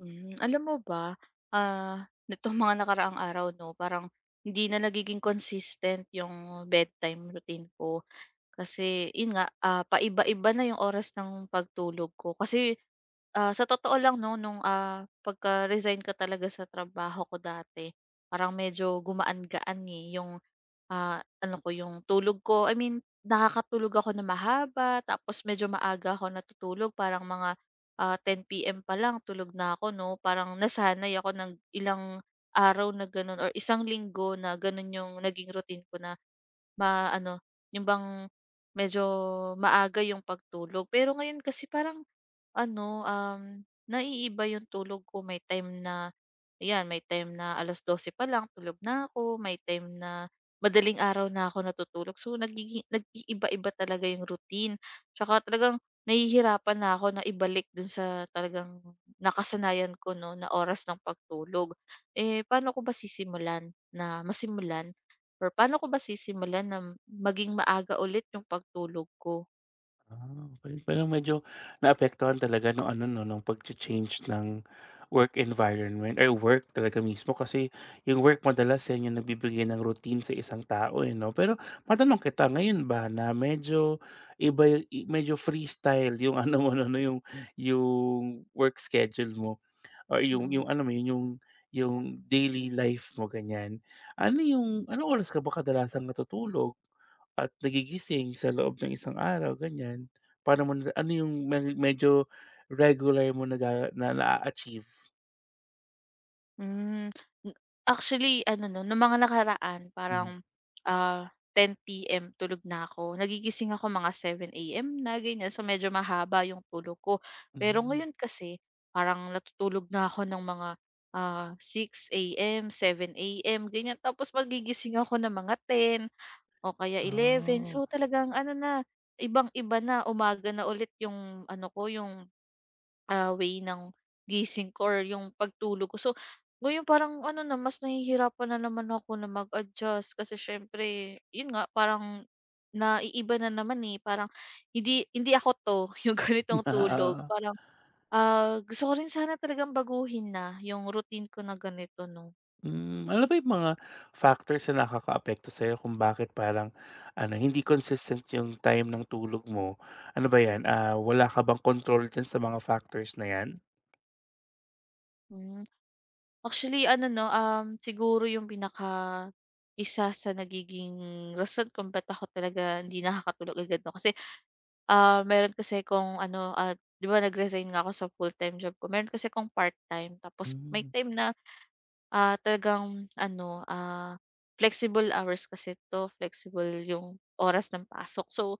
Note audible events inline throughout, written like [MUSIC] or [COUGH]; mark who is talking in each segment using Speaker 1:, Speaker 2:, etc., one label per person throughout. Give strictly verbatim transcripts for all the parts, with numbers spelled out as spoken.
Speaker 1: Hmm, alam mo ba, ah, nitong mga nakaraang araw 'no, parang hindi na nagiging consistent yung bedtime routine ko. Kasi yun nga, ah, paiba-iba na yung oras ng pagtulog ko. Kasi, ah, sa totoo lang 'no, nung, ah, pagka-resign ko talaga sa trabaho ko dati, parang medyo gumaan-gaan, eh, yung Ah, ano ko, yung tulog ko, I mean, nakakatulog ako na mahaba tapos medyo maaga ako natutulog parang mga, ah, ten p m pa lang tulog na ako 'no. Parang nasanay ako ng ilang araw na gano'n or isang linggo na gano'n yung naging routine ko na ma-ano, yung bang medyo maaga yung pagtulog. Pero ngayon kasi parang ano, um, naiiba yung tulog ko. May time na, ayan, may time na alas dose pa lang tulog na ako, may time na madaling araw na ako natutulog. So, nagigi nag-iiba-iba talaga yung routine. Tsaka talagang nahihirapan na ako na ibalik dun sa talagang nakasanayan ko 'no, na oras ng pagtulog. Eh, paano ko ba sisimulan na masimulan or paano ko ba sisimulan na maging maaga ulit yung pagtulog ko?
Speaker 2: Ah, okey. Parang medyo naapektuhan talaga nung ano 'no, nung pag change ng work environment or work talaga mismo kasi yung work madalas yan yung nagbibigay ng routine sa isang tao, eh, 'no? Pero
Speaker 1: Mm.
Speaker 2: matanong kita, ngayon ba na medyo iba yu i medyo freestyle yung [LAUGHS] ano mo 'no, no, yung yung work schedule mo, or yung
Speaker 1: Mm.
Speaker 2: yung alam mo yun, yung yung daily life mo ganyan. Ano yung ano oras ka ba kadalasang natutulog at nagigising sa loob ng isang araw ganyan? Paano mo na ano yung me medyo regular mo naga na naa-achieve?
Speaker 1: Hmm, m actually ano 'no, nung mga nakaraan
Speaker 2: Hmm.
Speaker 1: parang, ah, ten p m tulog na ako. Nagigising ako mga seven a m na ganyan, so medyo mahaba yung tulog ko. Pero
Speaker 2: Hmm.
Speaker 1: ngayon kasi parang natutulog na ako ng mga, ah, six a m, seven a m ganyan. Tapos magigising ako ng mga ten o kaya eleven.
Speaker 2: Oh,
Speaker 1: So talagang ano na, ibang-iba na, umaga na ulit yung ano ko, yung Ah, way ng gising ko or yung pagtulog ko. So, ngayon parang ano na, mas nahihirapan na naman ako na mag-adjust kasi siyempre, yun nga, parang naiiba na naman eh. Parang hindi, hindi ako to, [LAUGHS] yung ganitong
Speaker 2: [LAUGHS] na
Speaker 1: tulog.
Speaker 2: oo.
Speaker 1: Parang ah, gusto ko rin sana talagang baguhin na yung routine ko na ganito, no?
Speaker 2: Hmm, ano ba yung mga factors na nakakaapekto sa'yo kung bakit parang ano, hindi consistent yung time ng tulog mo? Ano ba yan, ah, wala ka bang control dyan sa mga factors na yan?
Speaker 1: Hmm. Actually ano 'no, um, siguro yung pinaka isa sa nagiging rason kung ba't ako talaga hindi nakakatulog agad 'no, kasi, ah, meron kasi akong ano, ah, 'di ba nag-resign nga ako sa full-time job ko, meron kasi akong part-time tapos may
Speaker 2: Hmm,
Speaker 1: time na, ah, talagang ano, ah, flexible hours kasi 'to, flexible yung oras ng pasok. So,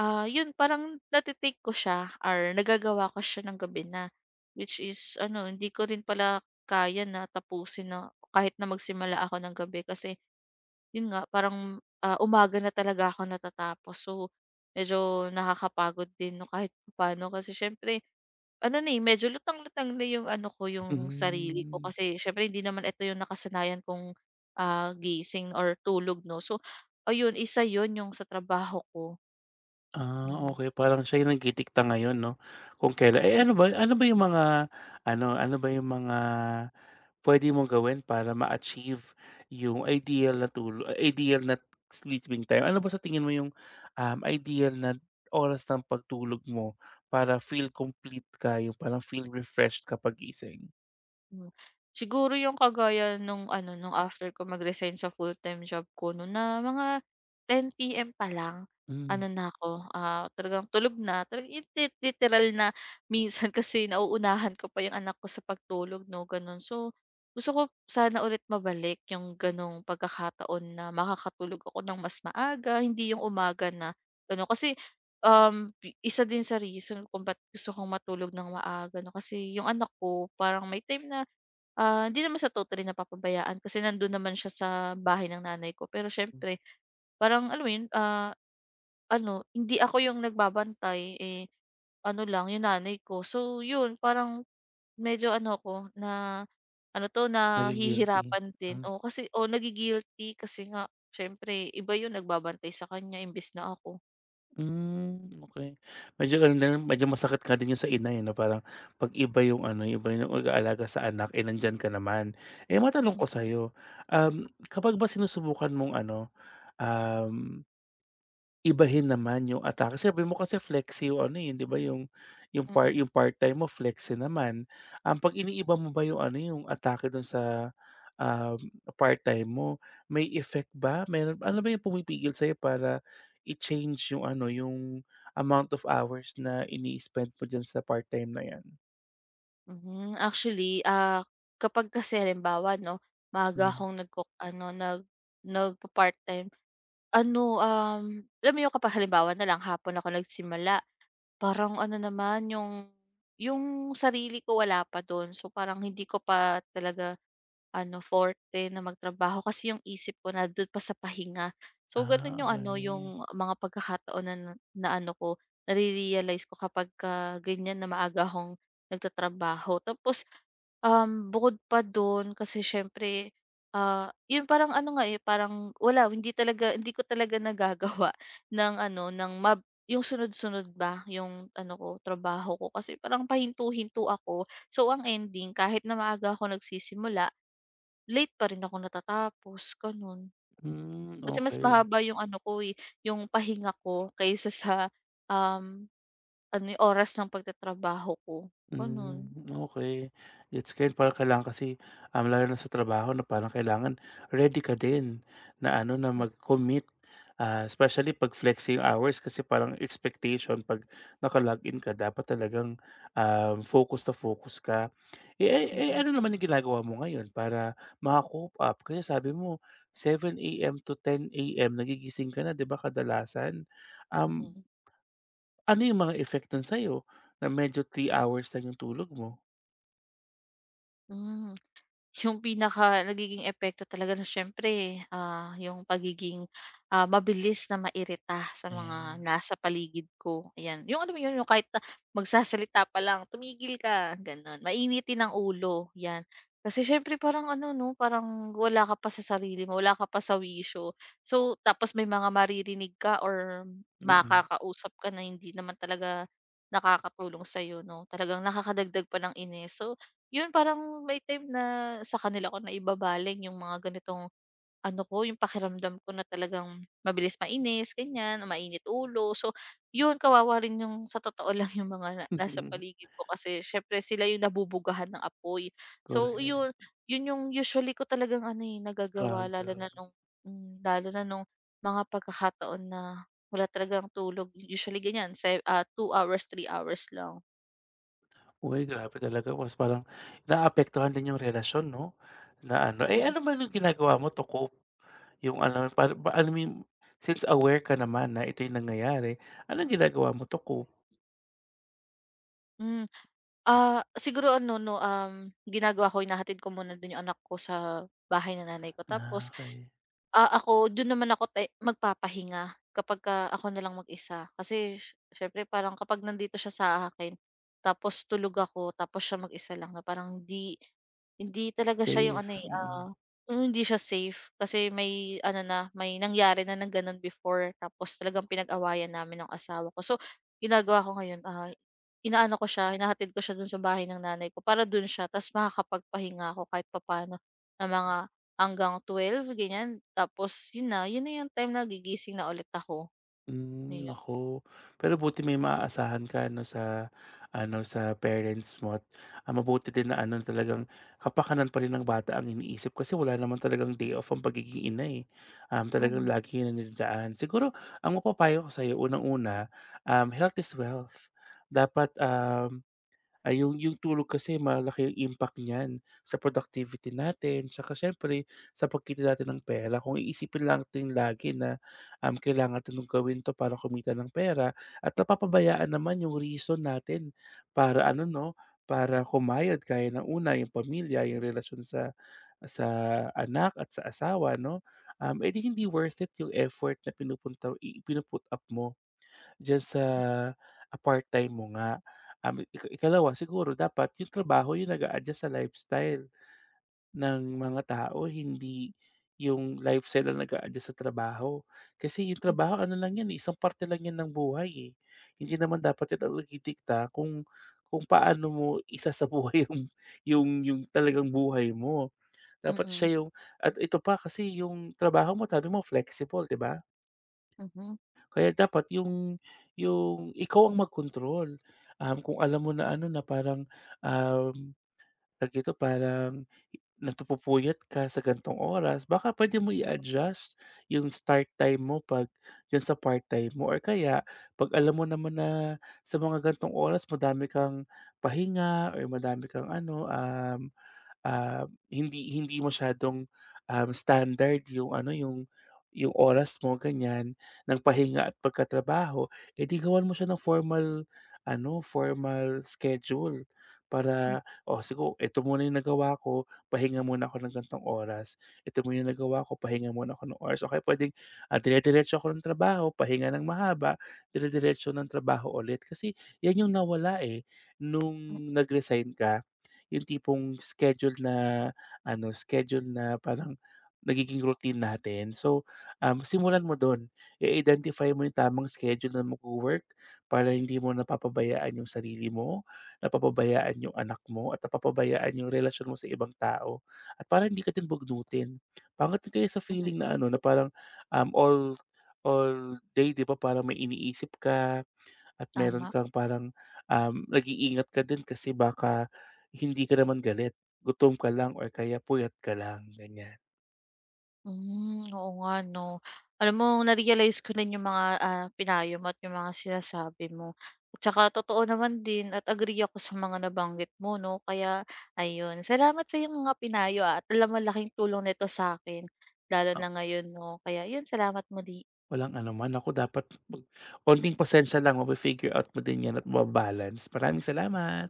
Speaker 1: Ah, yun parang nate-take ko siya or nagagawa ko siya ng gabi na. Which is ano, hindi ko rin pala kaya na tapusin na kahit na magsimula ako ng gabi kasi yun nga parang, ah, umaga na talaga ako natatapos. So, medyo nakakapagod din 'no kahit paano kasi siyempre ano na, eh, medyo lutang-lutang na yung ano ko, yung sarili ko
Speaker 2: hmm.
Speaker 1: kasi siyempre hindi naman ito yung nakasanayan kong, ah, gising or tulog 'no. So ayun, isa yun yung sa trabaho ko.
Speaker 2: Ah,
Speaker 1: Mhm.
Speaker 2: okey, parang siya yung nagdidikta ngayon 'no, kung kailan eh, ano
Speaker 1: Mm.
Speaker 2: ba ano ba yung mga ano ano ba yung mga puwede mong gawin para ma-achieve yung ideal na tulo ideal na sleeping time? Ano ba sa tingin mo yung, um, ideal na oras ng pagtulog mo para feel complete ka, yung parang feel refreshed kapag gising?
Speaker 1: Hmm. Siguro yung kagaya nung ano, nung after ko mag-resign sa full-time job ko no na mga ten p m pa lang
Speaker 2: Hmm,
Speaker 1: ano na ako, ah, talagang tulog na. Talagang yung lit literal na minsan [LAUGHS] kasi nauunahan ko pa yung anak ko sa pagtulog 'no, gano'n. So, gusto ko sana ulit mabalik yung gano'ng pagkakataon na makakatulog ako ng mas maaga, hindi yung umaga na ano. Kasi, um, pi- isa din sa reason kung ba't gusto kong matulog ng maaga 'no, kasi yung anak ko parang may time na Ah, hindi naman sa totally napapabayaan kasi nandun naman siya sa bahay ng nanay ko. Pero siyempre parang alam mo yun, ah, ano hindi ako yung nagbabantay, eh, ano lang yung nanay ko. So yun parang medyo ano ko na ano 'to
Speaker 2: nagi-guilty,
Speaker 1: nahihirapan din.
Speaker 2: hmm.
Speaker 1: o kasi o nagi-guilty kasi nga siyempre iba yun nagbabantay sa kanya imbes na ako.
Speaker 2: Hmm, okey. Medyo ano na yun, medyo masakit nga din yun sa ina, eh, na parang 'pag iba yung ano, iba yung pag-aalaga sa anak, eh, nandiyan ka naman. Eh, matanong ko
Speaker 1: Mm.
Speaker 2: sa'yo, um, kapag ba sinusubukan mong ano, um ibahin naman yung atake. Sabi mo kasi flexi yung ano, yun, 'di ba yung yung part
Speaker 1: Mm.
Speaker 2: yung part-time mo flexi naman. Ang 'pag iniiba mo ba yung ano, yung atake dun sa, um, part-time mo, may effect ba? Meron, ano ba yung pumipigil sa'yo para i-change yung ano, yung amount of hours na ini-spend mo dyan sa part-time na 'yan?
Speaker 1: Mhm. Actually, ah, kapag kasi halimbawa 'no, maaga
Speaker 2: Hmm.
Speaker 1: akong nagko ano, nag nagpa-part-time. Ano, um, alam mo yung kapag halimbawa na lang hapon ako nagsimula. Parang ano naman yung yung sarili ko wala pa dun. So, parang hindi ko pa talaga ano forte na magtrabaho kasi yung isip ko nandun pa sa pahinga. So, ganun
Speaker 2: Ah,
Speaker 1: yung ano
Speaker 2: okey.
Speaker 1: yung mga pagkakataon na na na ano ko nare-realize ko kapagka ganyan na maaga akong nagtatrabaho. Tapos Um, bukod pa dun kasi siyempre, ah, yun parang ano nga, eh, parang wala hindi talaga hindi ko talaga nagagawa [LAUGHS] ng ano, ng mab yung sunod-sunod ba yung ano ko, trabaho ko kasi parang pahinto-hinto ako. So, ang ending kahit na maaga ako nagsisimula, late pa rin ako natatapos, ganun.
Speaker 2: Hmm,
Speaker 1: Kasi mas
Speaker 2: okey.
Speaker 1: mahaba yung ano ko, eh, yung pahinga ko kaysa sa, um, ano, yung oras ng pagtatrabaho ko,
Speaker 2: Hmm,
Speaker 1: ganun.
Speaker 2: okay. Gets ko 'yun, parang kailangan kasi, um, lalo na sa trabaho na parang kailangan ready ka din na ano, na
Speaker 1: Mm,
Speaker 2: mag-commit. Ah, especially 'pag flexing hours kasi parang expectation 'pag naka log ka dapat talagang, um, focus na focus ka. Eh, eh,
Speaker 1: mm,
Speaker 2: eh,
Speaker 1: mm.
Speaker 2: ano naman yung ginagawa mo ngayon para maka-cope up? Kasi sabi mo seven a m to ten a m nagigising ka na 'di ba kadalasan? Um,
Speaker 1: Mm.
Speaker 2: ano yung mga effect nun sa'yo na medyo three hours lang yung tulog mo?
Speaker 1: Hmm. Yung pinaka nagiging epekto talaga na siyempre, ah, yung pagiging, ah, mabilis na mairita sa mga
Speaker 2: Ayan,
Speaker 1: nasa paligid ko, ayan. Yung ano mo yun, yung kahit na magsasalita pa lang, "Tumigil ka," gano'n. Mainitin ang ulo, 'yan. Kasi siyempre parang ano 'no, parang wala ka pa sa sarili mo, wala ka pa sa wisyo. So, tapos may mga maririnig ka or
Speaker 2: mm.
Speaker 1: makakausap ka na hindi naman talaga nakakatulong sa'yo 'no, talagang nakakadagdag pa ng inis. So yun parang may time na sa kanila ko naibabaling yung mga ganitong ano ko, yung pakiramdam ko na talagang mabilis mainis, ganyan, o mainit ulo. So, yun kawawa rin yung sa totoo [LAUGHS] lang yung mga na- nasa
Speaker 2: [LAUGHS]
Speaker 1: paligid ko kasi syempre sila yung nabubugahan ng apoy. So, yun,
Speaker 2: Correct,
Speaker 1: yun yung usually ko talagang ano eh, nagagawa lalo na
Speaker 2: struggle.
Speaker 1: nung mm, lalo na nung mga pagkakataon na wala talagang tulog. Usually ganyan, 2 two hours, three hours lang.
Speaker 2: Uy, grabe talaga, mas parang naapektuhan din yung relasyon 'no, na ano eh,
Speaker 1: Mhm.
Speaker 2: ano man yung ginagawa mo to cope? Yung ano para ba alam mo yung, since aware ka naman na ito yung nangyayari, anong ginagawa mo to cope?
Speaker 1: Mm. Ah, siguro ano 'no, um, ginagawa ko hinahatid ko muna dun yung anak ko sa bahay ng nanay ko
Speaker 2: Ah,
Speaker 1: tapos,
Speaker 2: okey,
Speaker 1: ah, ako dun naman ako te magpapahinga kapagka ako na lang mag-isa. Kasi siyempre parang kapag nandito siya sa akin tapos tulog ako tapos siya mag-isa lang na parang hindi hindi talaga siya yung
Speaker 2: safe,
Speaker 1: ano, eh,
Speaker 2: mm.
Speaker 1: ah, hmm, hindi siya safe kasi may ano na, may nangyari na ng ganun before tapos talagang pinag-awayan namin ng asawa ko. So ginagawa ko ngayon, ah inaano ko siya, hinahatid ko siya dun sa bahay ng nanay ko para dun siya tapos makakapagpahinga ako kahit papano na mga hanggang twelve ganyan. Tapos 'yun na, 'yun na 'yung time na gigising na ulit ako,
Speaker 2: Hmm,
Speaker 1: ayun.
Speaker 2: ako Pero buti may maaasahan ka ano sa ano, sa parents mo at ang mabuti din na ano talagang kapakanan pa rin ng bata ang iniisip kasi wala naman talagang day off ang pagiging ina, eh. Um,
Speaker 1: Tama.
Speaker 2: talagang
Speaker 1: Mm.
Speaker 2: lagi na ang siguro ang mapapayo ko sa'yo, unang-una, um, health is wealth. Dapat, um ay yung yung tulog kasi malaki yung impact niyan sa productivity natin tsaka siyempre sa pagkita natin ng pera. Kung iisipin lang natin lagi na, um, kailangan 'to nung gawin 'to para kumita ng pera at napapabayaan naman yung reason natin para ano 'no, para kumayod kaya ng una yung pamilya, yung relasyon sa sa anak at sa asawa 'no, um, eh, hindi worth it yung effort na pinupunta i pinu up mo. Diyan sa, ah, part-time mo nga. Um, ika ikalawa siguro dapat yung trabaho yung nag-a-adjust sa lifestyle ng mga tao, hindi yung lifestyle ang nag-a-adjust sa trabaho. Kasi yung trabaho ano lang yan, eh, isang parte lang yan ng buhay, eh. Hindi naman dapat yun ang nagdidikta kung kung paano mo isasabuhay [LAUGHS] yung yung yung talagang buhay mo. Dapat
Speaker 1: Mhm,
Speaker 2: siya yung, at ito pa kasi yung trabaho mo sabi mo flexible, 'di ba? Kaya dapat yung yung ikaw ang magkontrol. Um, kung alam mo na ano na parang, um, tawag dito, parang napupuyat ka sa gantong oras baka puwede mo i-adjust yung start time mo 'pag diyan sa part-time mo or kaya 'pag alam mo naman na sa mga gantong oras madami kang pahinga or madami kang ano, um ah, hindi hindi masyadong, um, standard yung ano, yung yung oras mo ganyan ng pahinga at pagtatrabaho, eh, di gawan mo siya ng formal ano, formal schedule
Speaker 1: m,
Speaker 2: para, "Oh, sigo eto muna yung nagawa ko, pahinga muna ako ng gan'tong oras. Ito muna yung nagawa ko, pahinga muna ako ng oras." Okay, pwedeng puwedeng, ah, dire-diretso ako ng trabaho, pahinga ng mahaba, dire-diretso ng trabaho ulit kasi 'yan yung nawala, eh, nung
Speaker 1: m, mm,
Speaker 2: nag-resign ka, yung tipong schedule na ano, schedule na parang nagiging routine natin. So, um, simulan mo do'n. I-identify mo yung tamang schedule na magwo-work para hindi mo napapabayaan yung sarili mo, napapabayaan yung anak mo, at napapabayaan yung relasyon mo sa ibang tao. At para hindi ka din bugnutin. Pangit din sa
Speaker 1: mm.
Speaker 2: feeling na ano, na parang, um, all all day 'di ba parang may iniisip ka, at meron
Speaker 1: Tama.
Speaker 2: kang parang, um, nag-iingat ka din kasi baka hindi ka naman galit, gutom ka lang or kaya puyat ka lang, ganyan.
Speaker 1: Hmm, oo nga 'no. Alam mo na-realize ko din yung mga, ah, pinayo mo at yung mga sinasabi mo. At saka totoo naman din at agree ako sa mga nabanggit mo 'no. Kaya ayun, salamat sa iyong mga pinayo, ah, at alam malaking tulong nito sa akin, lalo
Speaker 2: Ah,
Speaker 1: na ngayon 'no. Kaya yun, salamat muli.
Speaker 2: walang ano man, ako dapat mag konting pasensya lang, mafi-figure out mo din yan at mabalance. Maraming salamat.